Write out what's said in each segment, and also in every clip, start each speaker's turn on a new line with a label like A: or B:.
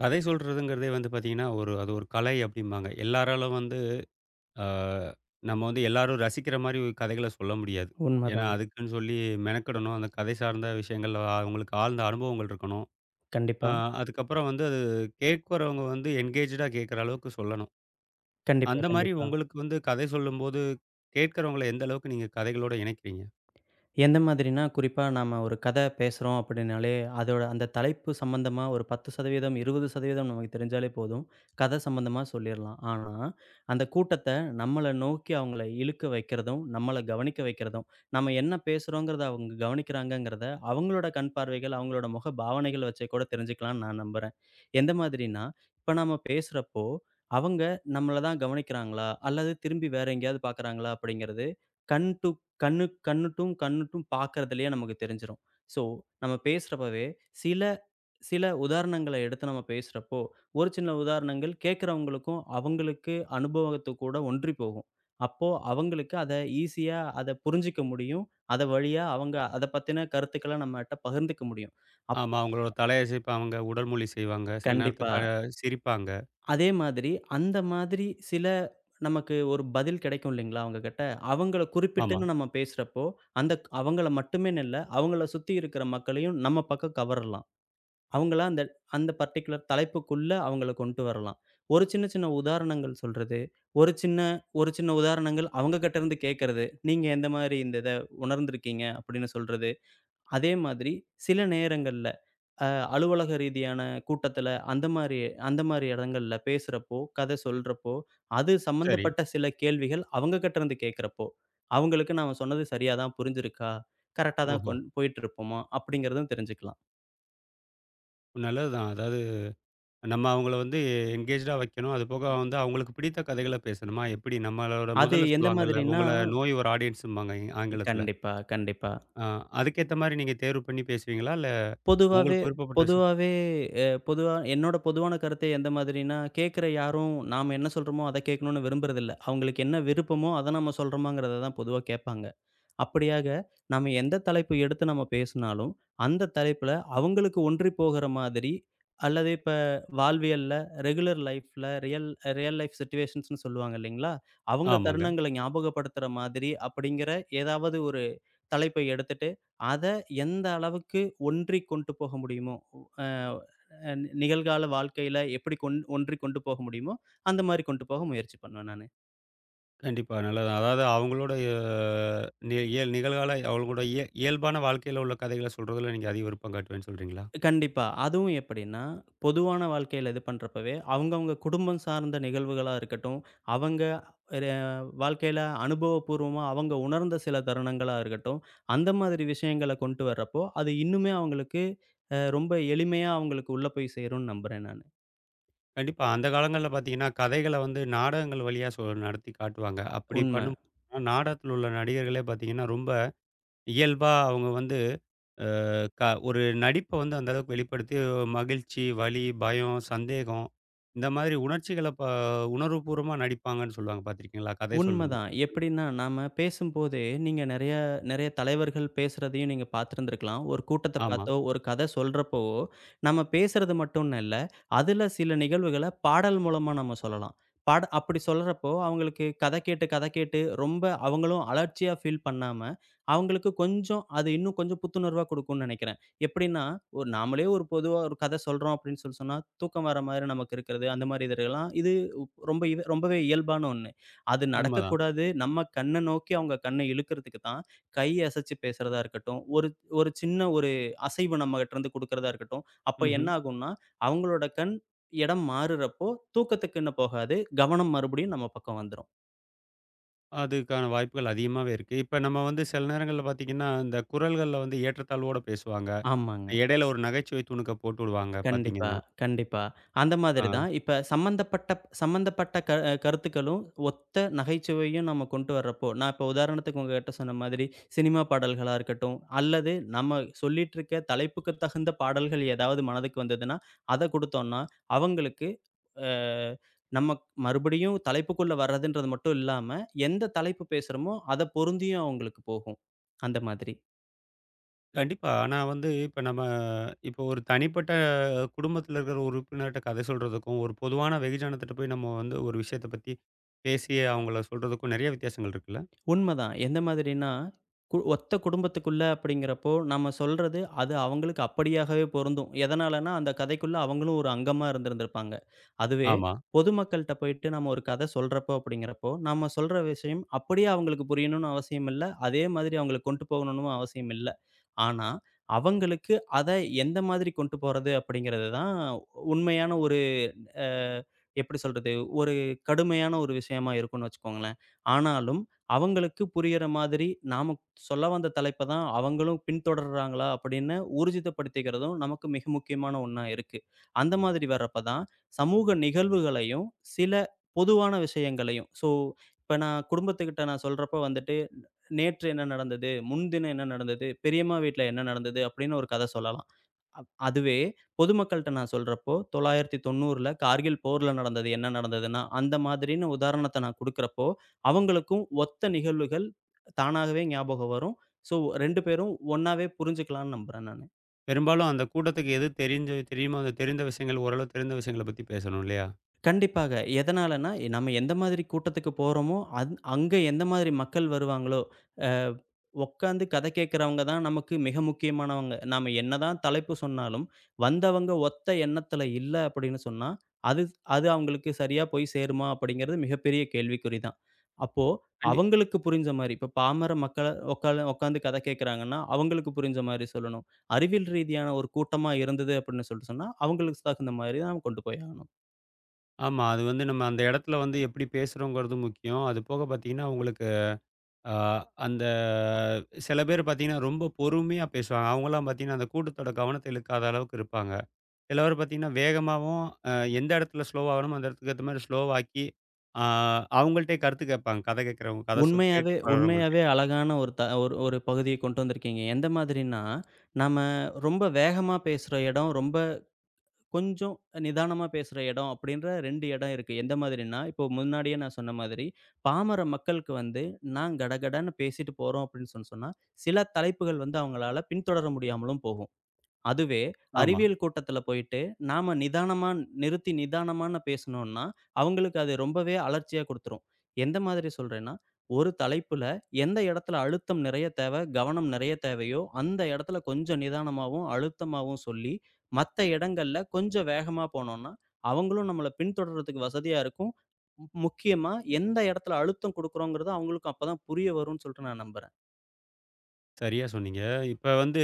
A: கதை சொல்றதுங்கிறதே வந்து பார்த்தீங்கன்னா, ஒரு அது ஒரு கலை அப்டிம்பாங்க. எல்லாராலும் வந்து அ நம்ம வந்து எல்லாரும் ரசிக்கிற மாரி கதைகள சொல்ல முடியாது. ஏன்னா,
B: உண்மதான்.
A: அதுக்குன்னு சொல்லி மெனக்கெடணும். அந்த கதை சார்ந்த விஷயங்கள்ல அவங்களுக்கு ஆழ்ந்த அனுபவங்கள் இருக்கணும். அ
B: கண்டிப்பா.
A: அதுக்கப்புறம் வந்து அது கேட்கிறவங்க வந்து என்கேஜ்டா கேட்கிற அளவுக்கு சொல்லணும்.
B: கண்டிப்பா,
A: அந்த மாரி
B: கண்டிப்பா.
A: உங்களுக்கு வந்து கதை சொல்லும்போது, கேட்கிறவங்கள எந்த அளவுக்கு நீங்க கதைகளோட இணைக்கிறீங்க?
B: எந்த மாதிரினா, குறிப்பா நாம ஒரு கதை பேசுறோம் அப்படின்னாலே, அதோட அந்த தலைப்பு சம்மந்தமா ஒரு 10% 20% நமக்கு தெரிஞ்சாலே போதும். கதை சம்மந்தமா சொல்லிறலாம். ஆனா, அந்த கூட்டத்த நம்மள நோக்கி அவங்கள இழுக்க வைக்கிறதும், நம்மள கவனிக்க வைக்கிறதும், நம்ம என்ன பேசுறோங்கிறத அவங்க கவனிக்கிறாங்கங்கிறத, அவங்களோட கண் பார்வைகள், அவங்களோட முக பாவனைகள் வச்சே கூட தெரிஞ்சுக்கலாம்னு நான் நம்புறேன். எந்த மாதிரினா, இப்ப நாம பேசுறப்போ, அவங்க நம்மள தான் கவனிக்கிறாங்களா? அல்லது திரும்பி வேற எங்கேயாவது பார்க்குறாங்களா? அப்படிங்கிறது கண் டூ கண்ணுட்டும் பார்க்கறதுலயே நமக்கு தெரிஞ்சிரும். ஸோ, நம்ம பேசுறப்பவே சில சில உதாரணங்கள எடுத்து நம்ம பேசுறப்போ, ஒரு சின்ன உதாரணங்கள் கேட்கிறவங்களுக்கும், அவங்களுக்கு அனுபவத்து கூட ஒன்றி போகும். அப்போ அவங்களுக்கு அத ஈஸியா அத புரிஞ்சுக்க முடியும். அத வழியா அவங்க அத பத்தின கருத்துக்கள நம்மட்ட பகிர்ந்துக்க முடியும். அப்
A: ஆமா. அவங்களோட தலையசைப்பாங்க, உடல் மொழி செய்வாங்க, சில
B: கண்டிப்பா.
A: நேரத்துக்கு சிரிப்பாங்க.
B: அதே மாதிரி, அந்த மாதிரி சில நமக்கு ஒரு பதில் கிடைக்கும் இல்லைங்களா அவங்ககிட்ட. அவங்கள
A: ஆமா.
B: குறிப்பிட்டுன்னு நம்ம பேசுறப்போ, அந்த அவங்கள மட்டுமேன்னு இல்ல, அவங்கள சுத்தி இருக்கிற மக்களையும் நம்ம பக்கம் கவரலாம். அவங்கள அந்த அந்த பர்ட்டிகுலர் தலைப்புக்குள்ள அவங்கள கொண்டு வரலாம். ஒரு சின்ன சின்ன உதாரணங்கள் சொல்றது, ஒரு சின்ன ஒரு சின்ன உதாரணங்கள் அவங்ககிட்ட இருந்து கேட்கறது. "நீங்க எந்த மாரி இத உணர்ந்திருக்கீங்க?" அப்படின்னு சொல்றது. அதே மாதிரி சில நேரங்கள்ல அ அலுவலக ரீதியான கூட்டத்துல, அந்த மாரி இடங்கள்ல பேசுறப்போ, கதை சொல்றப்போ, அது
A: சரி.
B: சம்மந்தப்பட்ட சில கேள்விகள் அவங்க கிட்ட இருந்து கேட்கிறப்போ, அவங்களுக்கு நாம சொன்னது சரியா தான் புரிஞ்சிருக்கா? கரெக்ட்டா தான்
A: ஓஹோ!
B: கொண் போயிட்டுருப்போமா? அப்படிங்கிறதும் தெரிஞ்சுக்கலாம்.
A: நல்லதுதான். அதாவது நம்ம அவங்கள வந்து என்கேஜ்டா வைக்கணும். அது போக வந்து அவங்களுக்கு பிடித்த கதைகள பேசணுமா, எப்படி? நம்மளோட
B: அது
A: முதல்ல
B: எந்த
A: சொல்லுவாங்கல்ல,
B: மாதிரின்னா
A: "உங்கள நோ யுவர் ஆடியன்ஸ்ம்பாங்க" ஆங்கிலத்தில.
B: கண்டிப்பா.
A: அ அதுக்கேத்த மாரி நீங்க தேர்வு பண்ணி பேசுவீங்களா? இல்ல
B: பொதுவாவே
A: உங்களுக்கு விருப்பப்பட்ட விஷயம்.
B: பொதுவாவே பொதுவா என்னோட பொதுவான கருத்து எந்த மாதிரின்னா, கேட்கிற யாரும் நாம என்ன சொல்றோமோ, அத கேட்கணும்னு விரும்புறதில்ல. அவங்களுக்கு என்ன விருப்பமோ, அத நம்ம சொல்றோமாங்கிறத தான் பொதுவா கேட்பாங்க. அப்படியாக, நாம எந்த தலைப்பு எடுத்து நம்ம பேசினாலும், அந்த தலைப்புல அவங்களுக்கு ஒன்றி போகிற மாதிரி, அல்லது இப்ப வாழ்வியல்ல, ரெகுலர் லைஃப்ல, ரியல் ரியல் லைஃப் சிட்யூவேஷன்ஸ்ன்னு சொல்லுவாங்க இல்லைங்களா? அவங்க
A: ஆமாங்க.
B: தருணங்கள ஞாபகப்படுத்துற மாதிரி அப்படிங்கிற ஏதாவது ஒரு தலைப்பை எடுத்துட்டு, அத எந்த அளவுக்கு ஒன்றி கொண்டு போக முடியுமோ, அ அ நிகழ்கால வாழ்க்கையில எப்படி கொண் ஒன்றி கொண்டு போக முடியுமோ, அந்த மாரி கொண்டு போக முயற்சி பண்ணுவேன் நானு.
A: கண்டிப்பா நல்லது தான். அதாவது அவங்களோட அஹ், நி இயல் நிகழ்கால அவங்களோட இயல்பான வாழ்க்கையில உள்ள கதைகள சொல்றதில நீங்க அதிக விருப்பம் காட்டுவேன்னு சொல்றீங்களா?
B: கண்டிப்பா. அதுவும் எப்படின்னா, பொதுவான வாழ்க்கையில இது பண்றப்பவே, அவங்கவங்க குடும்பம் சார்ந்த நிகழ்வுகளா இருக்கட்டும், அவங்க ஒரு வாழ்க்கையில அனுபவபூர்வமா அவங்க உணர்ந்த சில தருணங்களா இருக்கட்டும், அந்த மாதிரி விஷயங்கள கொண்டு வர்றப்போ, அது இன்னுமே அவங்களுக்கு ரொம்ப எளிமையா அவங்களுக்கு உள்ள போய் சேரும்னு நம்புறேன் நானு.
A: கண்டிப்பா. அந்த காலங்கள்ல பார்த்தீங்கன்னா, கதைகள வந்து நாடகங்கள் வழியா நடத்தி காட்டுவாங்க. அப்படி
B: உண்ம.
A: பண்ணும் நாடகத்தில உள்ள நடிகர்களே பார்த்தீங்கன்னா, ரொம்ப இயல்பா அவங்க வந்து க ஒரு நடிப்ப வந்து அந்த அளவுக்கு வெளிப்படுத்தி மகிழ்ச்சி, வலி, பயம், சந்தேகம் இந்த மாதிரி உணர்ச்சிகள உணர்வுபூர்வமா நடிப்பாங்கன்னு சொல்லுவாங்க பார்த்துருக்கீங்களா? கதை சொல்லும்போது.
B: உண்மதான். எப்படின்னா, நாம பேசும்போதே நீங்க நெறைய நெறைய தலைவர்கள் பேசுறதையும் நீங்க பார்த்திருந்திருக்கலாம். ஒரு கூட்டத்த
A: ஆமா.
B: பார்த்தோ, ஒரு கத சொல்றப்போவோ, நம்ம பேசுறது மட்டும்னு இல்ல, அதுல சில நிகழ்வுகள பாடல் மூலமா நம்ம சொல்லலாம். பாட அப்படி சொல்றப்போ, அவங்களுக்கு கத கேட்டு கத கேட்டு ரொம்ப அவங்களும் அலர்ச்சியா ஃபீல் பண்ணாம, அவங்களுக்கு கொஞ்சம் அது இன்னும் கொஞ்சம் புத்துணர்வா குடுக்கும்னு நெனைக்கிறேன். எப்படின்னா, ஒரு நாமளே ஒரு பொதுவா ஒரு கத சொல்றோம் அப்படின்னு சொல்லி சொன்னா, தூக்கம் வர மாரி நமக்கு இருக்கிறது, அந்த மாரி இதுலலாம் இது ரொம்ப ரொம்பவே இயல்பான ஒண்ணு. அது
A: உண்மதான்.
B: நடக்கக்கூடாது. நம்ம கண்ண நோக்கி அவங்க கண்ண இழுக்கிறதுக்கு தான், கை அசைச்சு பேசுறதா இருக்கட்டும், ஒரு ஒரு சின்ன ஒரு அசைவு நம்மகிட்டருந்து குடுக்கிறதா இருக்கட்டும், அப்ப
A: ம்ஹ்ம்.
B: என்ன ஆகும்னா, அவங்களோட கண் இடம் மாறுறப்போ, தூக்கத்துக்குன்னு போகாது. கவனம் மறுபடியும் நம்ம பக்கம் வந்துரும்.
A: அதுக்கான வாய்ப்புகள் அதிகமாவே இருக்கு. இப்ப நம்ம வந்து சில நேரங்கள்ல பார்த்தீங்கன்னா, இந்த குரல்கள்ல வந்து ஏற்றத்தாழ்வோட பேசுவாங்க.
B: ஆமாங்க.
A: இடையில ஒரு நகைச்சுவை துணுக்க போட்டுடுவாங்க
B: கண்டிப்பா,
A: பார்த்தீங்கன்னா.
B: கண்டிப்பா. அந்த மாதிரி தான்.
A: ஆ.
B: இப்ப சம்மந்தப்பட்ட சம்மந்தப்பட்ட கருத்துக்களும், ஒத்த நகைச்சுவையும் நம்ம கொண்டு வர்றப்போ, நான் இப்ப உதாரணத்துக்கு உங்ககிட்ட சொன்ன மாதிரி, சினிமா பாடல்களா இருக்கட்டும், அல்லது நம்ம சொல்லிட்டுருக்க தலைப்புக்கு தகுந்த பாடல்கள் ஏதாவது மனதுக்கு வந்ததுன்னா, அத குடுத்தோம்ன்னா, அவங்களுக்கு அ நம்ம மறுபடியும் தலைப்புக்குள்ள வர்றதுன்றது மட்டும் இல்லாம, எந்த தலைப்பு பேசுறோமோ, அத பொருந்தியும் அவங்களுக்கு போகும். அந்த மாதிரி.
A: கண்டிப்பா. ஆனா வந்து இப்ப நம்ம இப்போ ஒரு தனிப்பட்ட குடும்பத்தில இருக்கிற உறுப்பினர்ட்ட கதை சொல்றதுக்கும், ஒரு பொதுவான வெகுஜனத்திட்ட போய் நம்ம வந்து ஒரு விஷயத்த பத்தி பேசி அவங்கள சொல்றதுக்கும் நெறைய வித்தியாசங்கள் இருக்குல்ல?
B: உண்மதான். எந்த மாதிரின்னா, ஒத்த குடும்பத்துக்குள்ள அப்படிங்கிறப்போ, நம்ம சொல்றது அது அவங்களுக்கு அப்படியாகவே பொருந்தும். எதனாலன்னா, அந்த கதைக்குள்ள அவங்களும் ஒரு அங்கமா இருந்திருந்திருப்பாங்க. அதுவே
A: ஆமா.
B: பொதுமக்கள்ட்ட போயிட்டு நம்ம ஒரு கதை சொல்றப்போ அப்படிங்கிறப்போ, நம்ம சொல்ற விஷயம் அப்படியே அவங்களுக்கு புரியணும்னு அவசியம் இல்ல. அதே மாதிரி அவங்களுக்கு கொண்டு போகணும்னு அவசியம் இல்ல. ஆனா, அவங்களுக்கு அத எந்த மாதிரி கொண்டு போறது அப்படிங்கிறது தான் உண்மையான ஒரு அ எப்படி சொல்றது? ஒரு கடுமையான ஒரு விஷயமா இருக்கும்னு வச்சுக்கோங்களேன். ஆனாலும் அவங்களுக்கு புரியிற மாதிரி நாம சொல்ல வந்த தலைப்ப தான் அவங்களும் பின்தொடர்றாங்களா அப்படின்னு ஊர்ஜிதப்படுத்திக்கிறதும் நமக்கு மிக முக்கியமான ஒண்ணா இருக்கு. அந்த மாதிரி வர்றப்ப தான் சமூக நிகழ்வுகளையும், சில பொதுவான விஷயங்களையும் ஸோ இப்ப நான் குடும்பத்துக்கிட்ட நான் சொல்றப்ப வந்துட்டு, "நேற்று என்ன நடந்தது? முன்தினம் என்ன நடந்தது? பெரியம்மா வீட்ல என்ன நடந்தது?" அப்படின்னு ஒரு கதை சொல்லலாம். அதுவே பொதுமக்கள்ட்ட நான் சொல்றப்போ, 1990ல கார்கில் போர்ல நடந்தது என்ன நடந்ததுன்னா, அந்த மாதிரின்னு உதாரணத்த நான் குடுக்குறப்போ, அவங்களுக்கும் ஒத்த நிகழ்வுகள் தானாகவே ஞாபகம் வரும். ஸோ 2 பேரும் ஒண்ணாவே புரிஞ்சுக்கலாம்னு நம்புறேன் நானு.
A: பெரும்பாலும் அந்த கூட்டத்துக்கு எது தெரியுமோ அந்த தெரிந்த விஷயங்கள் ஓரளவு தெரிந்த விஷயங்கள பத்தி பேசணும் இல்லையா?
B: கண்டிப்பாக. எதனாலன்னா, நம்ம எந்த மாதிரி கூட்டத்துக்கு போறோமோ, அங்க எந்த மாதிரி மக்கள் வருவாங்களோ, அ உட்காந்து கதை கேட்கிறவங்க தான் நமக்கு மிக முக்கியமானவங்க. நாம என்னதான் தலைப்பு சொன்னாலும், வந்தவங்க ஒத்த எண்ணத்துல இல்ல அப்படின்னு சொன்னா, அது அது அவங்களுக்கு சரியா போய் சேருமா? அப்படிங்கிறது மிகப்பெரிய கேள்விக்குறி தான். அப்போ
A: கண்டி
B: அவங்களுக்கு புரிஞ்ச மாரி, இப்போ பாமர மக்கள உட்காந்து கதை கேட்கிறாங்கன்னா, அவங்களுக்கு புரிஞ்ச மாரி சொல்லணும். அறிவியல் ரீதியான ஒரு கூட்டமா இருந்தது அப்படின்னு சொல்லிட்டு சொன்னா, அவங்களுக்கு தகுந்த மாரி தான் கொண்டு போய் ஆகணும்.
A: ஆமா. அது வந்து நம்ம அந்த இடத்துல வந்து எப்படி பேசுறோங்கிறது முக்கியம். அது போக பார்த்தீங்கன்னா, உங்களுக்கு அ அந்த சில பேர் பார்த்தீங்கன்னா, ரொம்ப பொறுமையா பேசுவாங்க. அவங்கலாம் பார்த்தீங்கன்னா, அந்த கூட்டத்தோட கவனத்த இழுக்காத அளவுக்கு இருப்பாங்க. எல்லோரும் பார்த்தீங்கன்னா, வேகமாவும் அ எந்த இடத்துல ஸ்லோவாகணுமோ, அந்த இடத்துக்கு ஏத்த மாரி ஸ்லோவாக்கி, ஆ அவங்கள்ட்டயே கருத்து கேட்பாங்க. கதை கேட்கிறவங்க, கதை
B: உண்மையாவே
A: கேட்க பழகுறவங்கள்ட்டயே.
B: உண்மையாவே அழகான ஒரு த ஒரு ஒரு பகுதிய கொண்டு வந்திருக்கீங்க. எந்த மாதிரின்னா, நம்ம ரொம்ப வேகமா பேசுற இடம், ரொம்ப கொஞ்சம் நிதானமா பேசுற இடம் அப்படின்ற 2 இடம் இருக்கு. எந்த மாதிரின்னா, இப்போ முன்னாடியே நான் சொன்ன மாதிரி, பாமர மக்களுக்கு வந்து நான் கடகடன்னு பேசிட்டு போறோம் அப்படின்னு சொன்னா, சில தலைப்புகள் வந்து அவங்களால பின்தொடர முடியாமலும் போகும். அதுவே
A: ஆமா.
B: அறிவியல் கூட்டத்துல போயிட்டு, நாம நிதானமா நிறுத்தி நிதானமான பேசுனோம்னா, அவங்களுக்கு அது ரொம்பவே அலர்ச்சியா குடுத்துரும். எந்த மாதிரி சொல்றேன்னா, ஒரு தலைப்புல எந்த இடத்துல அழுத்தம் நிறைய தேவை, கவனம் நிறைய தேவையோ, அந்த இடத்துல கொஞ்சம் நிதானமாவும், அழுத்தமாவும் சொல்லி, மத்த இடங்கள்ல கொஞ்சம் வேகமா போனோம்னா, அவங்களும் நம்மள பின்தொடர்றதுக்கு வசதியா இருக்கும். முக்கியமா எந்த இடத்துல அழுத்தம் குடுக்குறோங்கிறது அவங்களுக்கும் அப்பதான் புரிய வரும்னு சொல்லிட்டு நான் நம்புறேன்.
A: சரியா சொன்னீங்க. இப்ப வந்து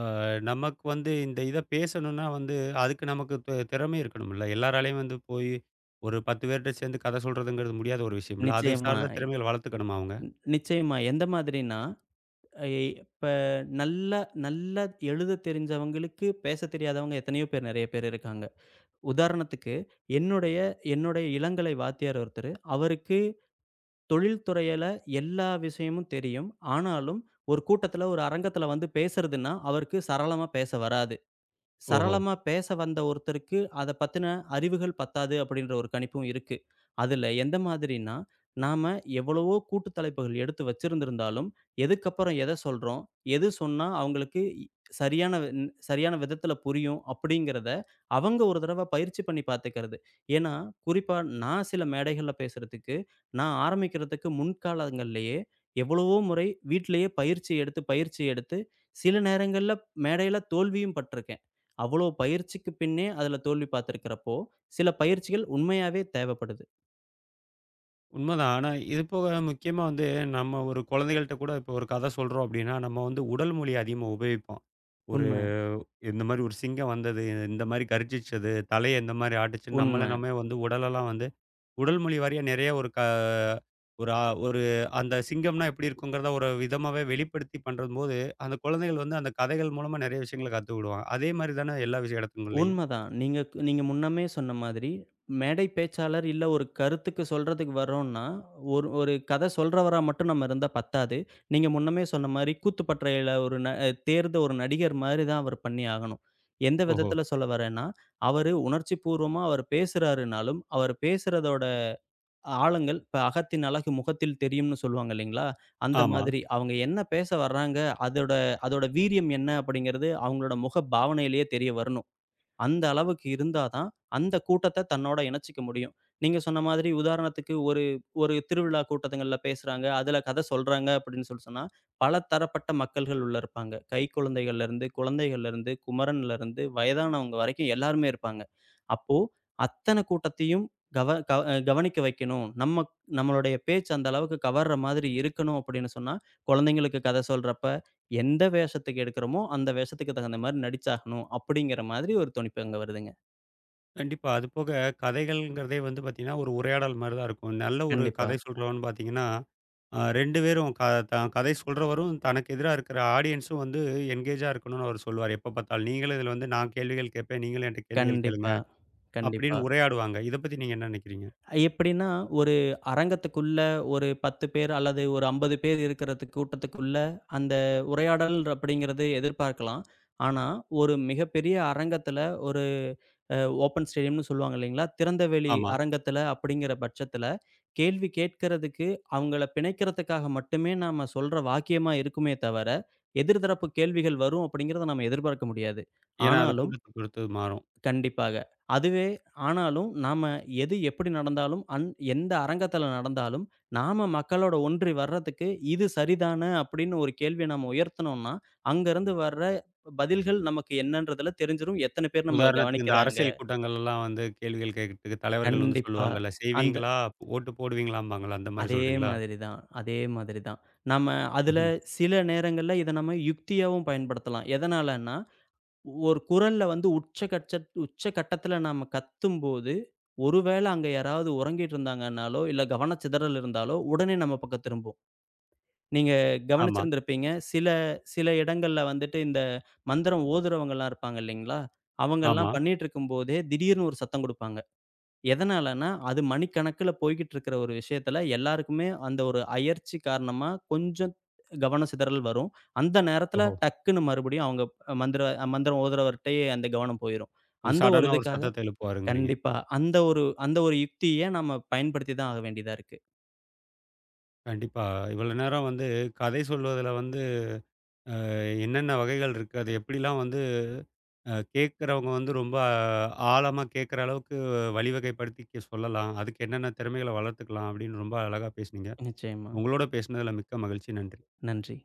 A: அ நமக்கு வந்து இந்த இத பேசணும்னா வந்து, அதுக்கு நமக்கு திறமை இருக்கணும்ல. எல்லாராலயும் வந்து போய் ஒரு 10 பேர்ட்ட சேர்ந்து கதை சொல்றதுங்கிறது முடியாத ஒரு விஷயம்ல. அது
B: நிச்சயமா.
A: சார்ந்த திறமைகள வளர்த்துக்கணுமா அவங்க?
B: நிச்சயமா. எந்த மாதிரின்னா அ இப்ப நல்லா நல்லா எழுத தெரிஞ்சவங்களுக்கு பேசத் தெரியாதவங்க எத்தனையோ பேர் நெறைய பேர் இருக்காங்க. உதாரணத்துக்கு என்னுடைய என்னுடைய இளங்கலை வாத்தியார் ஒருத்தரு. அவருக்கு தொழில் துறையில எல்லா விஷயமும் தெரியும். ஆனாலும் ஒரு கூட்டத்துல, ஒரு அரங்கத்துல வந்து பேசுறதுன்னா, அவருக்கு சரளமா பேச வராது.
A: ஓஹோ!
B: சரளமா பேச வந்த ஒருத்தருக்கு அத பத்தின அறிவுகள் பத்தாது அப்படின்ற ஒரு கணிப்பும் இருக்கு. அதுல எந்த மாதிரின்னா, நாம எவ்வளவோ கூட்டு தலைப்புகள் எடுத்து வச்சிருந்திருந்தாலும், எதுக்கப்புறம் எத சொல்றோம்? எது சொன்னா அவங்களுக்கு சரியான விதத்துல புரியும் அப்படிங்கிறத, அவங்க ஒரு தடவ பயிற்சி பண்ணி பார்த்துக்கிறது. ஏன்னா, குறிப்பா நான் சில மேடைகள்ல பேசுறதுக்கு, நான் ஆரம்பிக்கிறதுக்கு முன்காலங்கள்லயே எவ்வளவோ முறை வீட்லயே பயிற்சி எடுத்து, சில நேரங்கள்ல மேடையில தோல்வியும் பட்டிருக்கேன். அவ்வளோ பயிற்சிக்கு பின்னே அதுல தோல்வி பார்த்திருக்கிறப்போ, சில பயிற்சிகள் உண்மையாவே தேவைப்படுது.
A: உண்மதான். ஆனா இது போக முக்கியமா வந்து நம்ம ஒரு குழந்தைகள்ட்ட கூட இப்போ ஒரு கதை சொல்றோம் அப்டின்னா, நம்ம வந்து உடல் மொழிய அதிகமா உபயோகிப்போம். ஒரு
B: உண்ம,
A: இந்த மாரி ஒரு சிங்கம் வந்தது, இந்த மாரி கர்ஜிச்சது, தலைய இந்த மாரி ஆட்டுச்சுன்னு
B: உண்ம,
A: நம்மள நாமே வந்து உடலெல்லாம் வந்து உடல் மொழி வாரியா நெறைய ஒரு அ ஒரு அந்த சிங்கம்னா எப்படி இருக்குங்கிறத ஒரு விதமாவே வெளிப்படுத்தி பண்றம்போது, அந்த குழந்தைகள் வந்து அந்த கதைகள் மூலமா நெறைய விஷயங்கள கத்துக்கிடுவாங்க. அதே மாரி தான எல்லா விஷய இடத்துங்கள்லயும்.
B: உண்மதான். நீங்க நீங்க முன்னமே சொன்ன மாதிரி, மேடை பேச்சாளர் இல்ல ஒரு கருத்துக்கு சொல்றதுக்கு வர்றோம்னா, ஒரு ஒரு கதை சொல்றவரா மட்டும் நம்ம இருந்தா பத்தாது. நீங்க முன்னமே சொன்ன மாரி கூத்துப்பட்றையில ஒரு ந தேர்ந்த ஒரு நடிகர் மாரி தான் அவர் பண்ணி ஆகணும். எந்த
A: ஓஹோ!
B: விதத்தில சொல்ல வரேன்னா, அவரு உணர்ச்சி பூர்வமா அவர் பேசுறாருனாலும், அவர் பேசுறதோட ஆழங்கள். இப்ப அகத்தின் அழகு முகத்தில் தெரியும்னு சொல்லுவாங்க இல்லைங்களா? அந்த
A: ஆமா.
B: மாதிரி அவங்க என்ன பேச வர்றாங்க, அதோட அதோட வீரியம் என்ன அப்படிங்கிறது அவங்களோட முக பாவனையிலேயே தெரிய வரணும். அந்த அளவுக்கு இருந்தா தான், அந்த கூட்டத்த தன்னோட இணைச்சுக்க முடியும். நீங்க சொன்ன மாதிரி உதாரணத்துக்கு ஒரு ஒரு திருவிழா கூட்டத்துங்கள்ல பேசுறாங்க, அதுல கதை சொல்றாங்க அப்படின்னு சொல்லி சொன்னா, பல தரப்பட்ட மக்கள்கள் உள்ள இருப்பாங்க. கைக்குழந்தைகள்லேருந்து, குழந்தைகள்லேருந்து, குமரன்லேருந்து, வயதானவங்க வரைக்கும் எல்லாருமே இருப்பாங்க. அப்போ அத்தன கூட்டத்தையும் கவ கவ கவனிக்க வைக்கணும். நம்மளுடைய பேச்சு அந்த அளவுக்கு கவர்ற மாதிரி இருக்கணும் அப்படின்னு சொன்னா, குழந்தைங்களுக்கு கதை சொல்றப்ப, எந்த வேஷத்துக்கு எடுக்கிறோமோ, அந்த வேஷத்துக்கு தகுந்த மாரி நடிச்சாகணும். அப்படிங்கிற மாதிரி ஒரு துணிப்பு அங்க வருதுங்க.
A: கண்டிப்பா. அதுபோக கதைகள்ங்கிறதே வந்து பார்த்தீங்கன்னா, ஒரு உரையாடல் மாரி தான் இருக்கும். நல்ல ஒரு
B: கண்டிப்பா,
A: கதை சொல்றவன் பார்த்தீங்கன்னா 2 பேரும் தான் கதை சொல்றவரும், தனக்கு எதிரா இருக்கிற ஆடியன்ஸும் வந்து என்கேஜா இருக்கணும்னு அவரு சொல்லுவாரு, எப்ப பார்த்தாலும். நீங்களும் இதில வந்து நான் கேள்விகள் கேட்பேன், நீங்களும் என்ட்ட கேள்விகள் கேளுங்க.
B: கண்டிப்பா, கண்டிப்பா.
A: அப்படின்னு உரையாடுவாங்க. இத பத்தி நீங்க என்ன நினைக்கிறீங்க?
B: எப்படின்னா, ஒரு அரங்கத்துக்குள்ள ஒரு 10 பேர் அல்லது ஒரு 50 பேர் இருக்கிறது கூட்டத்துக்குள்ள, அந்த உரையாடல் அப்படிங்கிறது எதிர்பார்க்கலாம். ஆனா, ஒரு மிகப்பெரிய அரங்கத்துல ஒரு அ ஓப்பன் ஸ்டேடியம்னு சொல்லுவாங்க இல்லைங்களா? திறந்தவெளி
A: ஆமா.
B: அரங்கத்துல அப்படிங்கிற பட்சத்துல, கேள்வி கேட்கறதுக்கு அவங்கள பிணைக்கிறதுக்காக மட்டுமே நாம சொல்ற வாக்கியமா இருக்குமே தவிர, எதிர் தரப்பு கேள்விகள் வரும் அப்படிங்கிறத நம்ம எதிர்பார்க்க முடியாது.
A: ஏன்னா அது
B: ஆனாலும்
A: கூட்டத்த பொறுத்து மாறும்.
B: கண்டிப்பாக. அதுவே ஆனாலும் நாம எது எப்படி நடந்தாலும், எந்த அரங்கத்தில நடந்தாலும், நாம மக்களோட ஒன்றி வர்றதுக்கு இது சரிதான அப்படின்னு ஒரு கேள்விய நம்ம உயர்த்துனோம்னா, அங்கருந்து வர்ற பதில்கள் நமக்கு என்னன்றதுல தெரிஞ்சிரும். எத்தன பேர் நம்மள
A: உதாரணத்துக்கு இந்த
B: கவனிக்கிறாங்க.
A: அரசியல் கூட்டங்கள்லாம் வந்து கேள்விகள் கேட்கறதுக்கு தலைவர்கள் வந்து
B: கண்டிப்பா.
A: சொல்லுவாங்கல்ல,
B: அந்த
A: "செய்வீங்களா? ஓட்டு போடுவீங்களாம்பாங்கல்ல." அந்த மாரி சொல்றீங்களா?
B: அதே மாதிரி தான். நம்ம அதுல
A: ம்ஹ்ம்.
B: சில நேரங்கள்ல இத நம்ம யுக்தியாவும் பயன்படுத்தலாம். எதனாலன்னா ஒரு குரல்ல வந்து உச்சகட்டத்துல நாம கத்தும்போது, ஒருவேள அங்க யாராவது உறங்கிட்டு இருந்தாங்கன்னாலோ, இல்ல கவனச்சிதறல் இருந்தாலோ, உடனே நம்ம பக்கம் திரும்பும். நீங்க
A: ஆமா,
B: கவனிச்சிருந்திருப்பீங்க. சில சில இடங்கள்ல வந்துட்டு இந்த மந்திரம் ஓதுறவங்கலாம் இருப்பாங்க இல்லைங்களா?
A: ஆமா.
B: அவங்கலாம் பண்ணிட்டு இருக்கும்போதே திடீர்னு ஒரு சத்தம் குடுப்பாங்க. எதனாலன்னா, அது மணிக்கணக்குல போய்க்கிட்டு இருக்கிற ஒரு விஷயத்துல, எல்லாருக்குமே அந்த ஒரு அயர்ச்சி காரணமா கொஞ்சம் கவன சிதறல் வரும். அந்த நேரத்துல
A: ஓஹோ!
B: டக்குன்னு மறுபடியும் அவங்க மந்திர மந்திரம் ஓதுறவர்ட்டயே அந்த கவனம் போயிரும்.
A: ஒரு
B: அந்த ஒரு
A: சடனா ஒரு
B: இதுக்காக
A: சத்தத்த எழுப்புவாருங்கிறீங்க.
B: கண்டிப்பா. அந்த ஒரு யுக்திய நம்ம பயன்படுத்தி தான் ஆக வேண்டியதா இருக்கு.
A: கண்டிப்பா. இவ்வளோ நேரம் வந்து கதை சொல்வதில வந்து என்னென்ன வகைகள் இருக்கு? அது எப்படிலாம் வந்து கேட்கிறவங்க வந்து ரொம்ப ஆழமா கேட்கிற அளவுக்கு வழிவகைப்படுத்தி சொல்லலாம். அதுக்கு என்னென்ன திறமைகள வளர்த்துக்கலாம் அப்படின்னு ரொம்ப அழகா பேசுனீங்க.
B: நிச்சயமா.
A: உங்களோட பேசினதுல மிக்க மகிழ்ச்சி. நன்றி.
B: நன்றி.